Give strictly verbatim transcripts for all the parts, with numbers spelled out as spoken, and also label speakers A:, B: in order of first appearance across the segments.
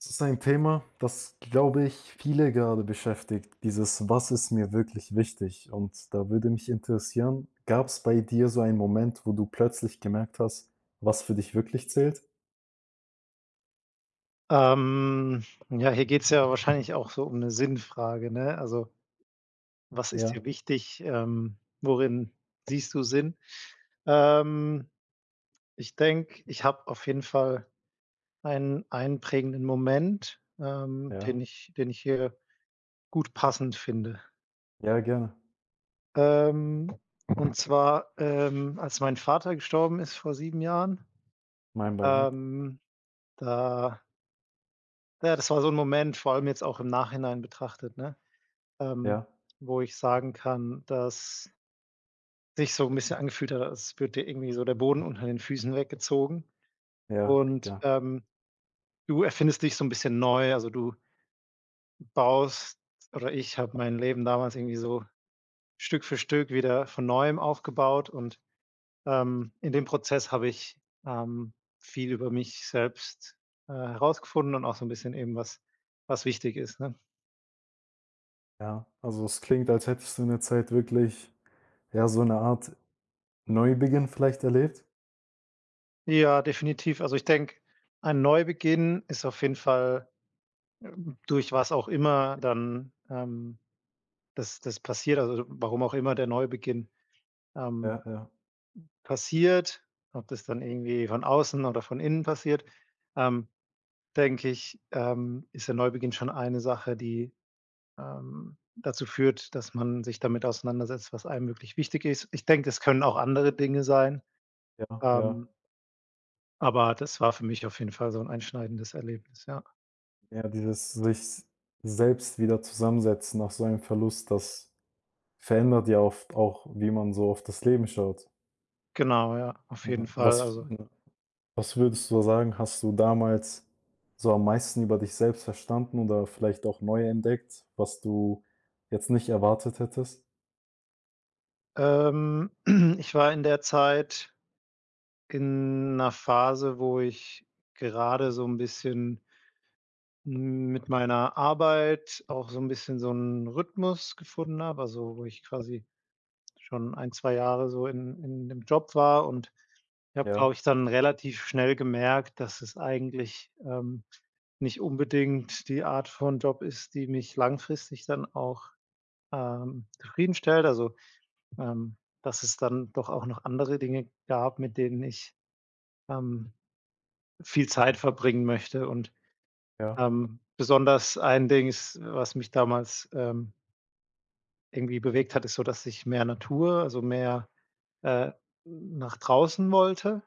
A: Das ist ein Thema, das, glaube ich, viele gerade beschäftigt, dieses „Was ist mir wirklich wichtig?“ Und da würde mich interessieren, gab es bei dir so einen Moment, wo du plötzlich gemerkt hast, was für dich wirklich zählt?
B: Ähm, ja, hier geht's ja wahrscheinlich auch so um eine Sinnfrage, ne? Also, was ist
A: Ja,
B: dir wichtig? Ähm, worin siehst du Sinn? Ähm, ich denke, ich habe auf jeden Fall einen einprägenden Moment, ähm, den
A: ja,
B: ich den ich hier gut passend finde.
A: ja, gerne.
B: Ähm, und zwar, ähm, als mein Vater gestorben ist vor sieben Jahren.
A: Mein Beileid.
B: Ähm, da Ja, das war so ein Moment, vor allem jetzt auch im Nachhinein betrachtet, ne? ähm,
A: Ja,
B: Wo ich sagen kann, dass sich so ein bisschen angefühlt hat, als würde dir irgendwie so der Boden unter den Füßen weggezogen.
A: ja,
B: Und,
A: ja,
B: ähm, du erfindest dich so ein bisschen neu. Also, du baust oder ich habe mein Leben damals irgendwie so Stück für Stück wieder von Neuem aufgebaut und, ähm, in dem Prozess habe ich, ähm, viel über mich selbst, äh, herausgefunden und auch so ein bisschen eben, was was wichtig ist, ne?
A: ja. Also, es klingt, als hättest du in der Zeit wirklich, ja, so eine Art Neubeginn vielleicht erlebt?
B: Ja, definitiv. Also, ich denke, ein Neubeginn ist auf jeden Fall durch was auch immer dann, ähm, das das passiert, also warum auch immer der Neubeginn, ähm,
A: Ja, ja,
B: passiert, ob das dann irgendwie von außen oder von innen passiert, ähm, denke ich, ähm, ist der Neubeginn schon eine Sache, die, ähm, dazu führt, dass man sich damit auseinandersetzt, was einem wirklich wichtig ist. Ich denke, es können auch andere Dinge sein,
A: ja, ja.
B: ähm, aber das war für mich auf jeden Fall so ein einschneidendes Erlebnis, ja.
A: Ja, dieses sich selbst wieder zusammensetzen nach so einem Verlust, das verändert ja oft auch, wie man so auf das Leben schaut.
B: Genau, ja, auf jeden
A: Ja.
B: Fall.
A: Was
B: Also,
A: ja, was würdest du sagen, hast du damals so am meisten über dich selbst verstanden oder vielleicht auch neu entdeckt, was du jetzt nicht erwartet hättest?
B: ähm, ich war in der Zeit in 'ner Phase, wo ich gerade so 'n bisschen mit meiner Arbeit auch so 'n bisschen so 'n Rhythmus gefunden habe, also, wo ich quasi schon ein zwei Jahre so in in dem Job war und ich habe,
A: Ja,
B: glaube ich, dann relativ schnell gemerkt, dass es eigentlich, ähm, nicht unbedingt die Art von Job ist, die mich langfristig dann auch, ähm, zufriedenstellt. Also, ähm, dass es dann doch auch noch andere Dinge gab, mit denen ich, ähm, viel Zeit verbringen möchte und,
A: ja,
B: ähm, besonders ein Dings, was mich damals, ähm, irgendwie bewegt hat, ist so, dass ich mehr Natur, also mehr, äh, nach draußen wollte.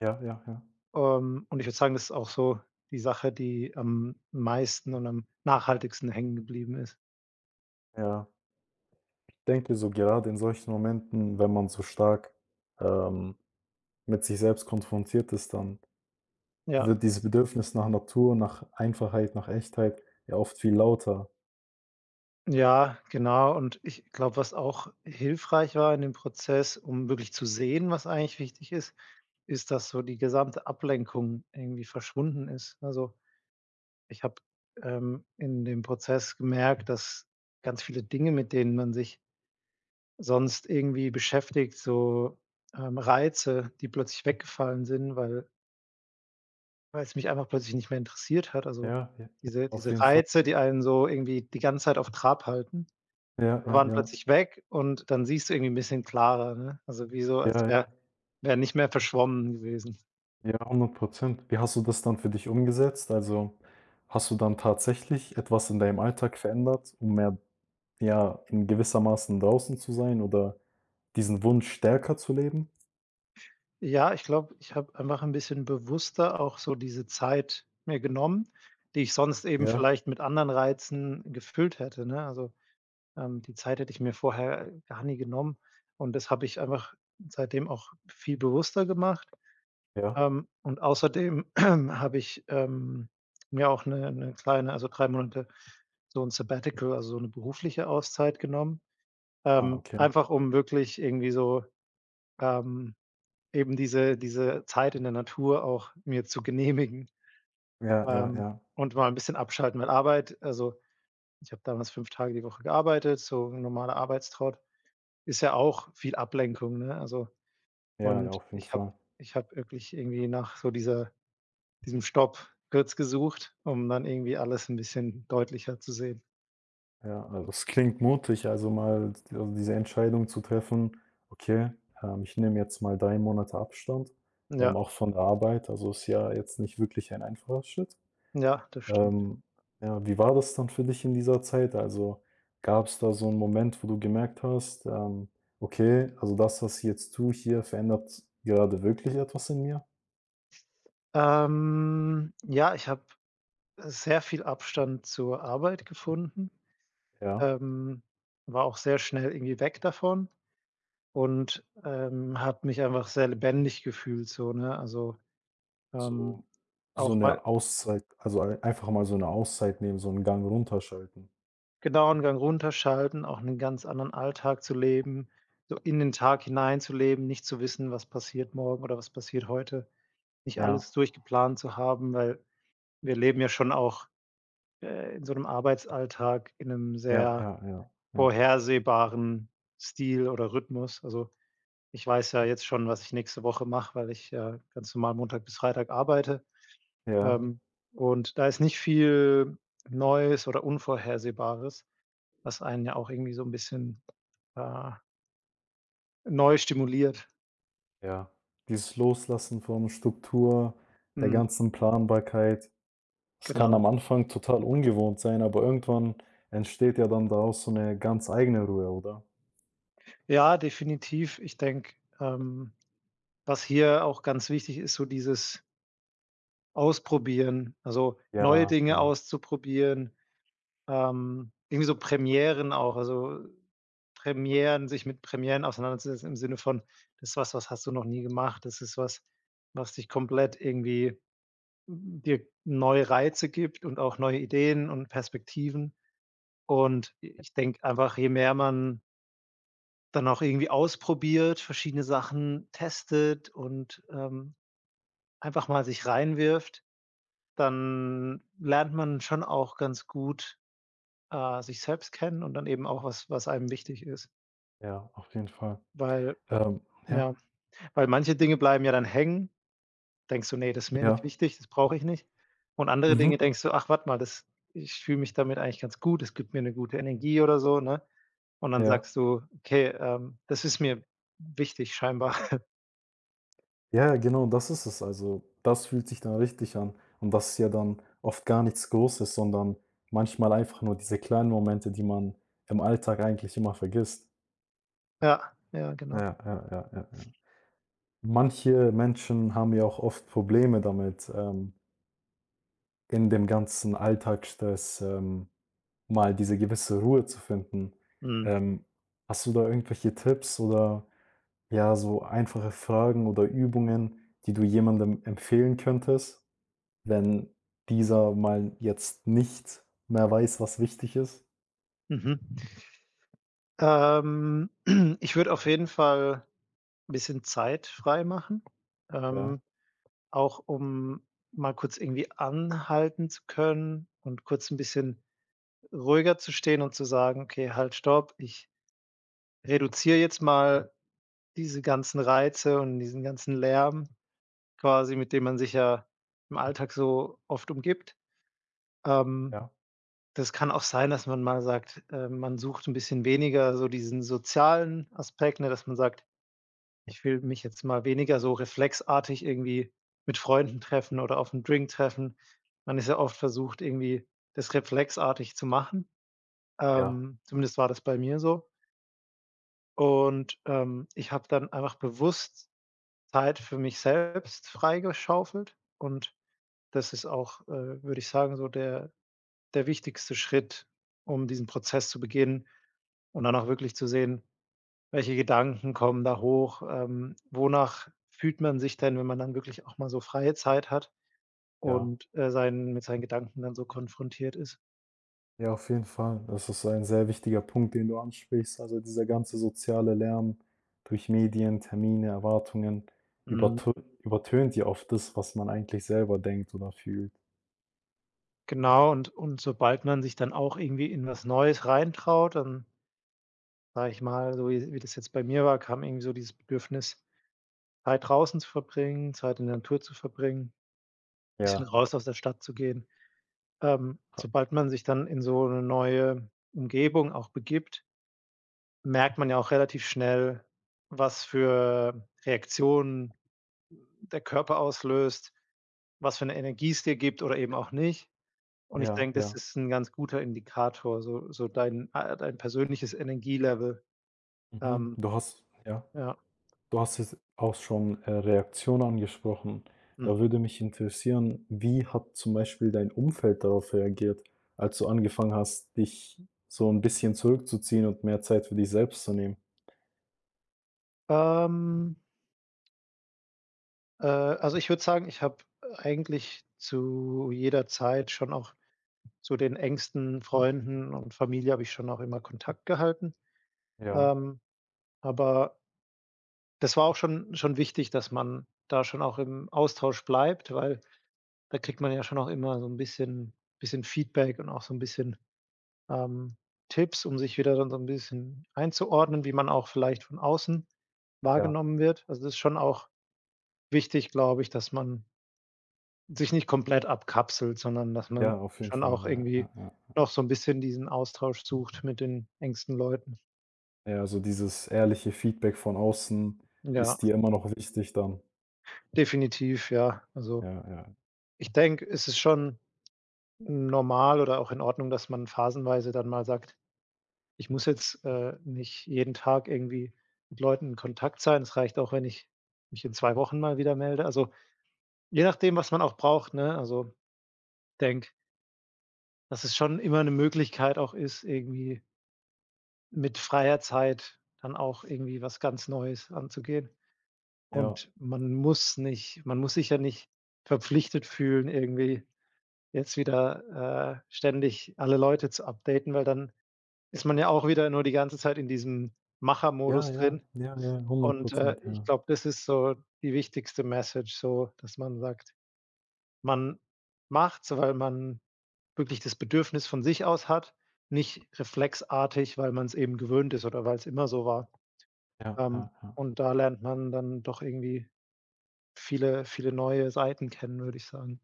A: ja, ja, ja.
B: Ähm, und ich würde sagen, das ist auch so die Sache, die am meisten und am nachhaltigsten hängen geblieben ist.
A: Ja, ich denke so gerade in solchen Momenten, wenn man so stark, ähm, mit sich selbst konfrontiert ist, dann
B: Ja,
A: wird dieses Bedürfnis nach Natur, nach Einfachheit, nach Echtheit ja oft viel lauter.
B: ja, genau. Und ich glaube, was auch hilfreich war in dem Prozess, um wirklich zu sehen, was eigentlich wichtig ist, ist, dass so die gesamte Ablenkung irgendwie verschwunden ist. Also ich habe, ähm, in dem Prozess gemerkt, dass ganz viele Dinge, mit denen man sich sonst irgendwie beschäftigt, so, ähm, Reize, die plötzlich weggefallen sind, weil weil es mich einfach plötzlich nicht mehr interessiert hat. Also,
A: Ja, ja, ja,
B: diese
A: auf
B: diese
A: jeden Fall.
B: Reize, die einen so irgendwie die ganze Zeit auf Trab halten,
A: Ja, ja,
B: waren
A: ja.
B: plötzlich weg und dann siehst du irgendwie ein bisschen klarer, ne? Also, wie so, als
A: Ja, ja,
B: wäre wäre nicht mehr verschwommen gewesen.
A: ja, hundert. Wie hast du das dann für dich umgesetzt? Also, hast du dann tatsächlich etwas in deinem Alltag verändert, um mehr, ja, in gewissermaßen draußen zu sein oder diesen Wunsch stärker zu leben?
B: Ja, ich glaube, ich habe einfach ein bisschen bewusster auch so diese Zeit mir genommen, die ich sonst eben
A: Ja,
B: vielleicht mit anderen Reizen gefüllt hätte, ne? Also, ähm, die Zeit hätte ich mir vorher gar nie genommen und das habe ich einfach seitdem auch viel bewusster gemacht.
A: ja.
B: Ähm, und außerdem habe ich, ähm, mir auch 'ne 'ne kleine, also drei Monate, so 'n Sabbatical, also so 'ne berufliche Auszeit genommen,
A: Ah,
B: ähm,
A: okay.
B: einfach um wirklich irgendwie so, ähm eben diese diese Zeit in der Natur auch mir zu genehmigen,
A: Ja, ja,
B: ähm,
A: ja.
B: und mal 'n bisschen abschalten, weil Arbeit, also, ich habe damals fünf Tage die Woche gearbeitet, so 'n normaler Arbeitstrott, ist ja auch viel Ablenkung, ne? Also,
A: Ja, ja,
B: und
A: auf jeden
B: ich habe
A: Fall.
B: ich habe wirklich irgendwie nach so dieser diesem Stopp kurz gesucht, um dann irgendwie alles 'n bisschen deutlicher zu sehen.
A: Ja, also es klingt mutig, also mal d also diese Entscheidung zu treffen: „Okay, ähm, ich nehme jetzt mal drei Monate Abstand, ähm,
B: Ja,
A: auch von der Arbeit.“ Also, ist ja jetzt nicht wirklich ein einfacher Schritt.
B: ja, das stimmt.
A: Ähm, ja, wie war das dann für dich in dieser Zeit? Also, gab es da so einen Moment, wo du gemerkt hast, ähm: „Okay, also das, was ich jetzt tue hier, verändert gerade wirklich etwas in mir?“
B: Ähm, ja, ich habe sehr viel Abstand zur Arbeit gefunden.
A: Ja,
B: Ähm, war auch sehr schnell irgendwie weg davon und, ähm, habe mich einfach sehr lebendig gefühlt so, ne? Also, ähm,
A: so so
B: auch mal
A: eine Auszeit, also ei einfach mal so eine Auszeit nehmen, so einen Gang runterschalten.
B: genau einen Gang runterschalten, auch einen ganz anderen Alltag zu leben, so in den Tag hineinzuleben, nicht zu wissen, was passiert morgen oder was passiert heute, nicht
A: Ja,
B: alles durchgeplant zu haben, weil wir leben ja schon auch, äh, in so einem Arbeitsalltag in einem
A: ja,
B: sehr
A: ja, ja, ja,
B: vorhersehbaren Stil oder Rhythmus. Also ich weiß ja jetzt schon, was ich nächste Woche mache, weil ich, äh, ganz normal Montag bis Freitag arbeite.
A: ja,
B: Ähm, und da ist nicht viel Neues oder Unvorhersehbares, was einen ja auch irgendwie so ein bisschen, äh, neu stimuliert.
A: ja. Dieses Loslassen von Struktur, der
B: Mhm,
A: ganzen Planbarkeit. Es kann
B: genau.
A: am Anfang total ungewohnt sein, aber irgendwann entsteht ja dann daraus so eine ganz eigene Ruhe, oder?
B: Ja, definitiv. Ich denke, ähm, was hier auch ganz wichtig ist, so dieses Ausprobieren, also, neue
A: Ja,
B: Dinge
A: ja,
B: auszuprobieren, ähm, irgendwie so Premieren auch. Also Premieren, sich mit Premieren auseinanderzusetzen im Sinne von: „Das ist was, was hast du noch nie gemacht. Das ist was, was dich komplett irgendwie hm, dir neue Reize gibt und auch neue Ideen und Perspektiven.“ Und i ich denke einfach, je mehr man dann auch irgendwie ausprobiert, verschiedene Sachen testet und, ähm, einfach mal sich reinwirft, dann lernt man schon auch ganz gut, äh, sich selbst kennen und dann eben auch was, was einem wichtig ist.
A: ja, auf jeden Fall.
B: Weil
A: Ähm, ja,
B: ja, weil manche Dinge bleiben ja dann hängen. Denkst du: nee, das ist mir nicht
A: ja,
B: wichtig, das brauche ich nicht.“ Und andere
A: mhm,
B: Dinge denkst du: „Ach, warte mal, das, ich fühle mich damit eigentlich ganz gut, es gibt mir eine gute Energie“ oder so, ne? Und dann
A: ja.
B: sagst du: „Okay, ähm, das ist mir wichtig scheinbar.“
A: Ja, genau, das ist es. Also, das fühlt sich dann richtig an. Und das ist ja dann oft gar nichts Großes, sondern manchmal einfach nur diese kleinen Momente, die man im Alltag eigentlich immer vergisst.
B: Ja, ja, genau.
A: Ja, ja, ja, ja, ja. Manche Menschen haben ja auch oft Probleme damit, ähm, in dem ganzen Alltagsstress, ähm mal diese gewisse Ruhe zu finden.
B: Mhm,
A: Ähm, hast du da irgendwelche Tipps oder ja, so einfache Fragen oder Übungen, die du jemandem empfehlen könntest, wenn dieser mal jetzt nicht mehr weiß, was wichtig ist?
B: mhm. Ähm, ich würde auf jeden Fall ein bisschen Zeit freimachen,
A: Ja,
B: ähm, auch um mal kurz irgendwie anhalten zu können und kurz ein bisschen ruhiger zu stehen und zu sagen: „Okay, halt, stopp, ich reduziere jetzt mal diese ganzen Reize und diesen ganzen Lärm quasi, mit dem man sich ja im Alltag so oft umgibt. Ähm,
A: ja,
B: das kann auch sein, dass man mal sagt, äh, man sucht ein bisschen weniger so diesen sozialen Aspekt, ne, dass man sagt: „Ich will mich jetzt mal weniger so reflexartig irgendwie mit Freunden treffen oder auf 'n Drink treffen.“ Man ist ja oft versucht, irgendwie das reflexartig zu machen.
A: ja,
B: Ähm, zumindest war das bei mir so. Und, ähm, ich habe dann einfach bewusst Zeit für mich selbst freigeschaufelt und das ist auch, äh, würde ich sagen, so der der wichtigste Schritt, um diesen Prozess zu beginnen und dann auch wirklich zu sehen, welche Gedanken kommen da hoch, ähm, wonach fühlt man sich denn, wenn man dann wirklich auch mal so freie Zeit hat
A: ja.
B: und, äh, seinen mit seinen Gedanken dann so konfrontiert ist.
A: Ja, auf jeden Fall. Das ist ein sehr wichtiger Punkt, den du ansprichst. Also dieser ganze soziale Lärm durch Medien, Termine, Erwartungen
B: Mhm,
A: übertö übertönt ja oft das, was man eigentlich selber denkt oder fühlt.
B: genau, und und sobald man sich dann auch irgendwie in was Neues reintraut, dann sage ich mal, so wie wie das jetzt bei mir war, kam irgendwie so dieses Bedürfnis, Zeit draußen zu verbringen, Zeit in der Natur zu verbringen, bisschen
A: Ja.
B: raus aus der Stadt zu gehen. Ähm, sobald man sich dann in so 'ne neue Umgebung auch begibt, merkt man ja auch relativ schnell, was für Reaktionen der Körper auslöst, was für 'ne Energie es dir gibt oder eben auch nicht. Und ich
A: Ja,
B: denke, das
A: ja.
B: ist 'n ganz guter Indikator, so so dein, äh dein persönliches Energielevel.
A: Mhm.
B: Ähm,
A: Du hast ja,
B: ja,
A: du hast jetzt auch schon, äh, Reaktion angesprochen.
B: hm.
A: Da würde mich interessieren, wie hat zum Beispiel dein Umfeld darauf reagiert, als du angefangen hast, dich so ein bisschen zurückzuziehen und mehr Zeit für dich selbst zu nehmen?
B: Ähm Äh, also, ich würde sagen, ich habe eigentlich zu jeder Zeit schon auch zu den engsten Freunden und Familie habe ich schon auch immer Kontakt gehalten.
A: Ja,
B: Ähm, aber das war auch schon schon wichtig, dass man da schon auch im Austausch bleibt, weil da kriegt man ja schon auch immer so ein bisschen bisschen Feedback und auch so ein bisschen, ähm, Tipps, um sich wieder dann so ein bisschen einzuordnen, wie man auch vielleicht von außen
A: ja,
B: wahrgenommen wird. Also, das ist schon auch wichtig, glaube ich, dass man sich nicht komplett abkapselt, sondern dass
A: ja,
B: man
A: auf jeden
B: schon
A: Fall,
B: auch
A: ja,
B: irgendwie
A: ja, ja.
B: noch so 'n bisschen diesen Austausch sucht mit den engsten Leuten.
A: Ja, also dieses ehrliche Feedback von außen
B: Ja,
A: ist dir immer noch wichtig dann.
B: definitiv, ja. Also,
A: Ja, ja.
B: ich denke, es ist schon normal oder auch in Ordnung, dass man phasenweise dann mal sagt: „Ich muss jetzt, äh, nicht jeden Tag irgendwie mit Leuten in Kontakt sein. Es reicht auch, wenn ich mich in zwei Wochen mal wieder melde.“ Also, je nachdem, was man auch braucht, ne? Also, denke, dass es schon immer 'ne Möglichkeit auch ist, irgendwie mit freier Zeit dann auch irgendwie was ganz Neues anzugehen.
A: Ja.
B: Und man muss nicht man muss sich ja nicht verpflichtet fühlen, irgendwie jetzt wieder, äh, ständig alle Leute zu updaten, weil dann ist man ja auch wieder nur die ganze Zeit in diesem
A: Ja,
B: Machermodus
A: ja,
B: drin.
A: ja, ja, hundert
B: Und, äh,
A: Prozent,
B: ich
A: ja.
B: glaube, das ist so die wichtigste Message so, dass man sagt, man macht's, weil man wirklich das Bedürfnis von sich aus hat, nicht reflexartig, weil man es eben gewöhnt ist oder weil es immer so war.
A: Ja, ja,
B: Ähm,
A: ja.
B: und da lernt man dann doch irgendwie viele viele neue Seiten kennen, würde ich sagen.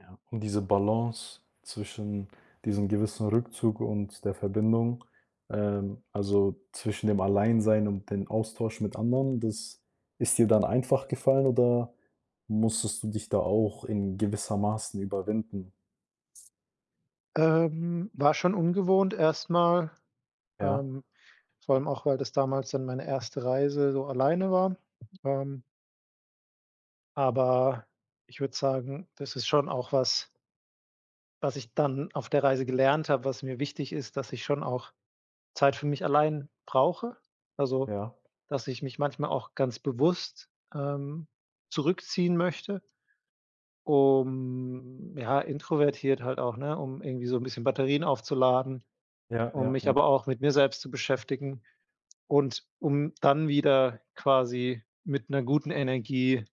A: Ja, um diese Balance zwischen diesem gewissen Rückzug und der Verbindung, ähm, also zwischen dem Alleinsein und dem Austausch mit anderen, das ist dir dann einfach gefallen oder musstest du dich da auch in gewissermaßen überwinden?
B: Ähm, war schon ungewohnt erstmal,
A: Ja,
B: ähm, vor allem auch, weil das damals dann meine erste Reise so alleine war. Ähm, aber ich würde sagen, das ist schon auch was, was ich dann auf der Reise gelernt habe, was mir wichtig ist, dass ich schon auch Zeit für mich allein brauche. Also,
A: ja,
B: dass ich mich manchmal auch ganz bewusst, ähm, zurückziehen möchte. Um ja, introvertiert halt auch, ne, um irgendwie so 'n bisschen Batterien aufzuladen,
A: ja,
B: um
A: ja,
B: mich
A: ja,
B: aber auch mit mir selbst zu beschäftigen und um dann wieder quasi mit 'ner guten Energie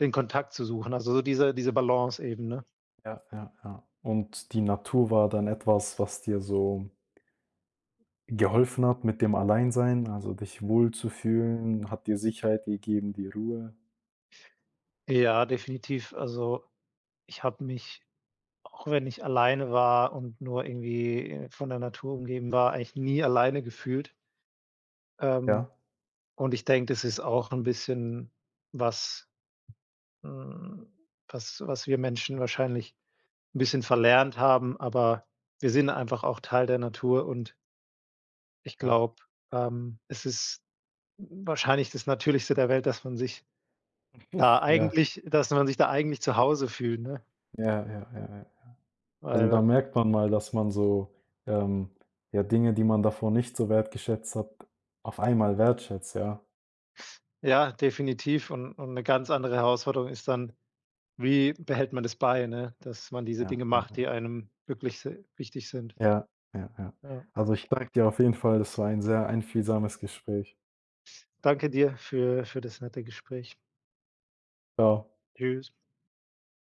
B: den Kontakt zu suchen, also so diese diese Balance eben, ne?
A: ja, ja, ja. Und die Natur war dann etwas, was dir so geholfen hat mit dem Alleinsein, also dich wohl zu fühlen, hat dir Sicherheit gegeben, die Ruhe.
B: Ja, definitiv. Also, ich habe mich, auch wenn ich alleine war und nur irgendwie, äh, von der Natur umgeben war, eigentlich nie alleine gefühlt. Ähm,
A: Ja,
B: und ich denke, das ist auch 'n bisschen was. Hm, was was wir Menschen wahrscheinlich ein bisschen verlernt haben, aber wir sind einfach auch Teil der Natur und ich
A: ja,
B: glaube, ähm, es ist wahrscheinlich das Natürlichste der Welt, dass man sich da
A: ja.
B: eigentlich dass man sich da eigentlich zu Hause fühlt, ne?
A: Ja, ja, ja, ja. Also, da
B: Weil
A: merkt man mal, dass man so, ähm, ja, Dinge, die man davor nicht so wertgeschätzt hat, auf einmal wertschätzt, ja.
B: ja, definitiv und und 'ne ganz andere Herausforderung ist dann, wie behält man das bei, ne, dass man diese
A: Ja,
B: Dinge
A: ja,
B: macht, die einem wirklich si wichtig sind.
A: ja, ja, ja.
B: Ja.
A: Also, ich danke dir auf jeden Fall, das war ein sehr einfühlsames Gespräch.
B: Danke dir für für das nette Gespräch.
A: Tschau.
B: Tschüss.